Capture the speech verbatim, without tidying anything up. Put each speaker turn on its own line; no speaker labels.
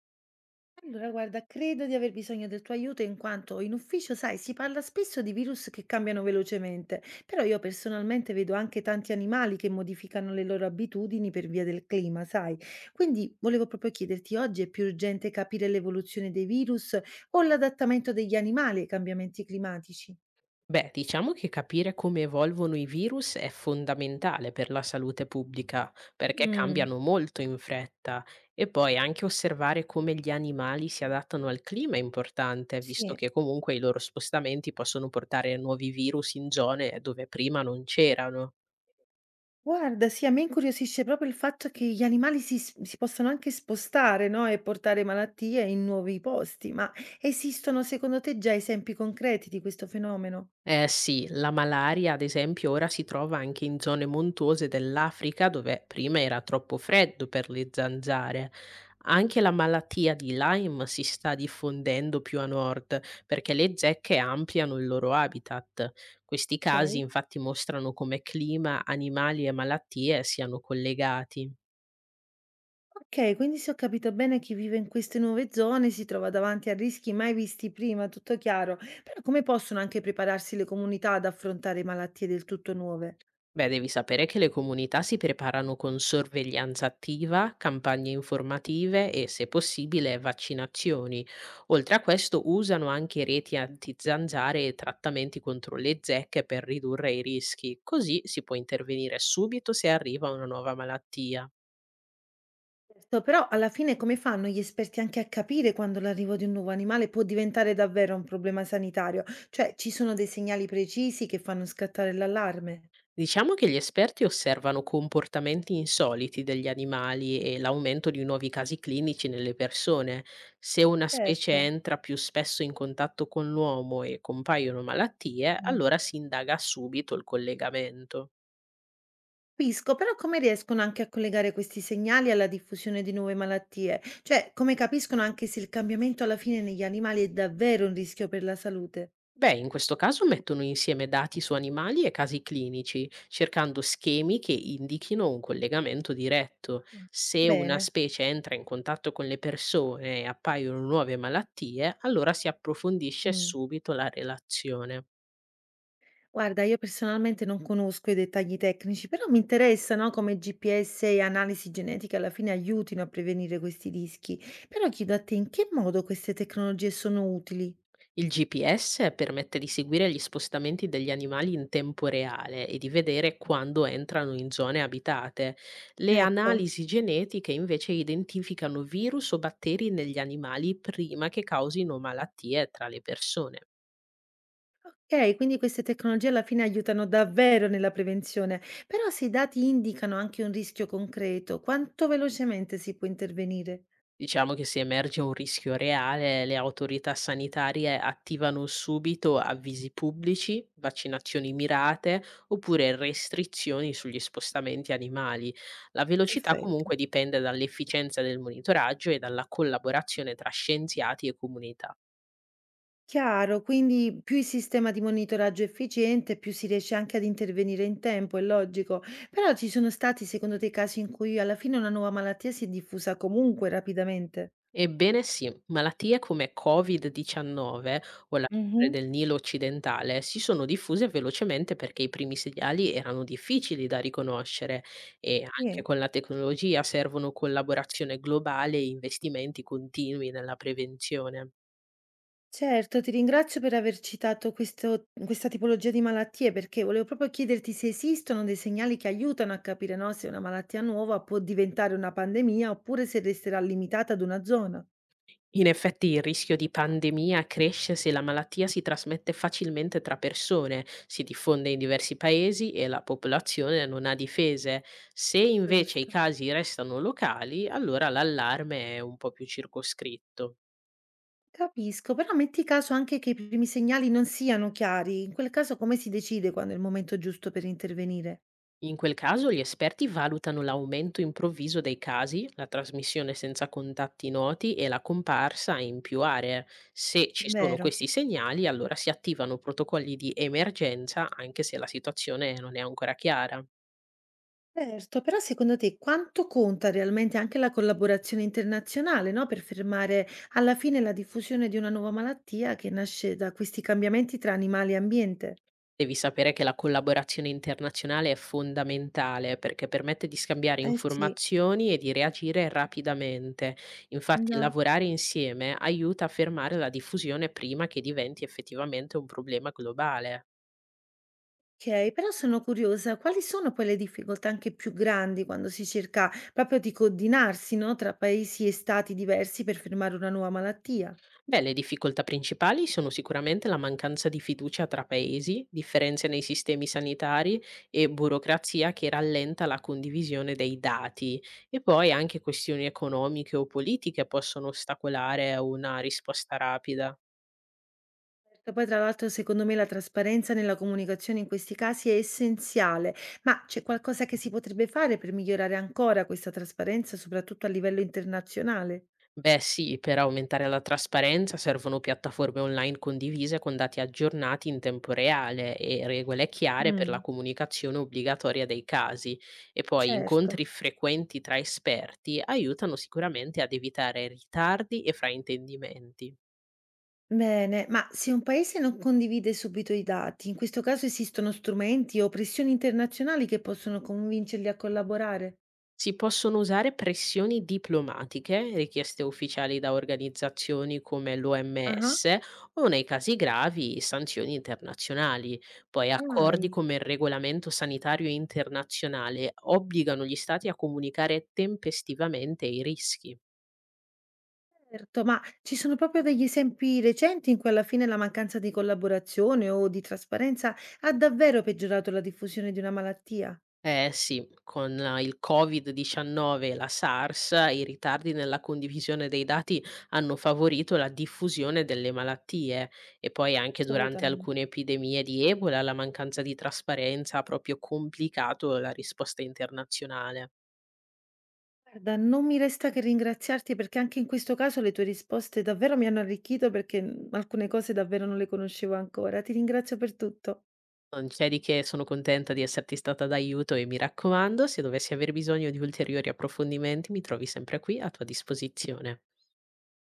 Allora, guarda, credo di aver bisogno del tuo aiuto in quanto in ufficio, sai, si parla spesso di virus che cambiano velocemente, però io personalmente vedo anche tanti animali che modificano le loro abitudini per via del clima, sai. Quindi volevo proprio chiederti, oggi è più urgente capire l'evoluzione dei virus o l'adattamento degli animali ai cambiamenti climatici?
Beh, diciamo che capire come evolvono i virus è fondamentale per la salute pubblica, perché
Mm,
cambiano molto in fretta. E poi anche osservare come gli animali si adattano al clima è importante, visto
sì.
che comunque i loro spostamenti possono portare nuovi virus in zone dove prima non c'erano.
Guarda, sì, a me incuriosisce proprio il fatto che gli animali si, s- si possano anche spostare, no? E portare malattie in nuovi posti, ma esistono secondo te già esempi concreti di questo fenomeno?
Eh sì, la malaria ad esempio ora si trova anche in zone montuose dell'Africa dove prima era troppo freddo per le zanzare. Anche la malattia di Lyme si sta diffondendo più a nord perché le zecche ampliano il loro habitat. Questi casi
Ok.
infatti mostrano come clima, animali e malattie siano collegati.
Ok, quindi se ho capito bene, chi vive in queste nuove zone si trova davanti a rischi mai visti prima, tutto chiaro. Però come possono anche prepararsi le comunità ad affrontare malattie del tutto nuove?
Beh, devi sapere che le comunità si preparano con sorveglianza attiva, campagne informative e, se possibile, vaccinazioni. Oltre a questo, usano anche reti antizanzare e trattamenti contro le zecche per ridurre i rischi. Così si può intervenire subito se arriva una nuova malattia.
Certo, però alla fine come fanno gli esperti anche a capire quando l'arrivo di un nuovo animale può diventare davvero un problema sanitario? Cioè, ci sono dei segnali precisi che fanno scattare l'allarme?
Diciamo che gli esperti osservano comportamenti insoliti degli animali e l'aumento di nuovi casi clinici nelle persone. Se una specie
Certo.
entra più spesso in contatto con l'uomo e compaiono malattie,
Mm.
allora si indaga subito il collegamento.
Capisco, però come riescono anche a collegare questi segnali alla diffusione di nuove malattie? Cioè, come capiscono anche se il cambiamento alla fine negli animali è davvero un rischio per la salute?
Beh, in questo caso mettono insieme dati su animali e casi clinici, cercando schemi che indichino un collegamento diretto.
Ah,
Se una
bene.
specie entra in contatto con le persone e appaiono nuove malattie, allora si approfondisce
Mm.
subito la relazione.
Guarda, io personalmente non conosco i dettagli tecnici, però mi interessa, no, come gi pi esse e analisi genetiche alla fine aiutino a prevenire questi rischi. Però chiedo a te in che modo queste tecnologie sono utili?
Il G P S permette di seguire gli spostamenti degli animali in tempo reale e di vedere quando entrano in zone abitate. Le
Ecco.
analisi genetiche invece identificano virus o batteri negli animali prima che causino malattie tra le persone.
Ok, quindi queste tecnologie alla fine aiutano davvero nella prevenzione, però se i dati indicano anche un rischio concreto, quanto velocemente si può intervenire?
Diciamo che se emerge un rischio reale, le autorità sanitarie attivano subito avvisi pubblici, vaccinazioni mirate oppure restrizioni sugli spostamenti animali. La velocità
Perfetto.
comunque dipende dall'efficienza del monitoraggio e dalla collaborazione tra scienziati e comunità.
Chiaro, quindi più il sistema di monitoraggio è efficiente, più si riesce anche ad intervenire in tempo, è logico. Però ci sono stati, secondo te, casi in cui alla fine una nuova malattia si è diffusa comunque rapidamente?
Ebbene sì, malattie come covid diciannove o la febbre
Mhm.
del Nilo occidentale si sono diffuse velocemente perché i primi segnali erano difficili da riconoscere, e anche
Sì,
con la tecnologia servono collaborazione globale e investimenti continui nella prevenzione.
certo, ti ringrazio per aver citato questo- questa tipologia di malattie, perché volevo proprio chiederti se esistono dei segnali che aiutano a capire, no, se una malattia nuova può diventare una pandemia oppure se resterà limitata ad una zona.
In effetti il rischio di pandemia cresce se la malattia si trasmette facilmente tra persone, si diffonde in diversi paesi e la popolazione non ha difese. Se invece i
Giusto.
casi restano locali, allora l'allarme è un po' più circoscritto.
Capisco, però metti caso anche che i primi segnali non siano chiari, in quel caso come si decide quando è il momento giusto per intervenire?
In quel caso gli esperti valutano l'aumento improvviso dei casi, la trasmissione senza contatti noti e la comparsa in più aree. Se ci sono
Vero.
questi segnali, allora si attivano protocolli di emergenza, anche se la situazione non è ancora chiara.
Certo, però secondo te quanto conta realmente anche la collaborazione internazionale, no? Per fermare alla fine la diffusione di una nuova malattia che nasce da questi cambiamenti tra animali e ambiente?
Devi sapere che la collaborazione internazionale è fondamentale perché permette di scambiare
Eh sì,
informazioni e di reagire rapidamente. Infatti,
già.
lavorare insieme aiuta a fermare la diffusione prima che diventi effettivamente un problema globale.
Okay, però sono curiosa, quali sono poi le difficoltà anche più grandi quando si cerca proprio di coordinarsi, no, tra paesi e stati diversi per fermare una nuova malattia?
Beh, le difficoltà principali sono sicuramente la mancanza di fiducia tra paesi, differenze nei sistemi sanitari e burocrazia che rallenta la condivisione dei dati, e poi anche questioni economiche o politiche possono ostacolare una risposta rapida.
Certo, poi tra l'altro secondo me la trasparenza nella comunicazione in questi casi è essenziale, ma c'è qualcosa che si potrebbe fare per migliorare ancora questa trasparenza, soprattutto a livello internazionale?
Beh, sì, per aumentare la trasparenza servono piattaforme online condivise con dati aggiornati in tempo reale e regole chiare per la
Mm.
comunicazione obbligatoria dei casi. E poi
Certo.
incontri frequenti tra esperti aiutano sicuramente ad evitare ritardi e fraintendimenti.
Bene, ma se un paese non condivide subito i dati, in questo caso esistono strumenti o pressioni internazionali che possono convincerli a collaborare?
Si possono usare pressioni diplomatiche, richieste ufficiali da organizzazioni come
Ah,
l'O M S o nei casi gravi sanzioni internazionali. Poi accordi
dai,
come il regolamento sanitario internazionale obbligano gli stati a comunicare tempestivamente i rischi.
certo, ma ci sono proprio degli esempi recenti in cui alla fine la mancanza di collaborazione o di trasparenza ha davvero peggiorato la diffusione di una malattia?
Eh sì, con eh, il covid diciannove e la SARS, i ritardi nella condivisione dei dati hanno favorito la diffusione delle malattie, e poi anche durante
Assolutamente.
alcune epidemie di Ebola la mancanza di trasparenza ha proprio complicato la risposta internazionale.
Guarda, non mi resta che ringraziarti perché anche in questo caso le tue risposte davvero mi hanno arricchito perché mm, alcune cose davvero non le conoscevo ancora. Ti ringrazio per tutto.
Non c'è di che, sono contenta di esserti stata d'aiuto e mi raccomando, se dovessi aver bisogno di ulteriori approfondimenti mi trovi sempre qui a tua disposizione.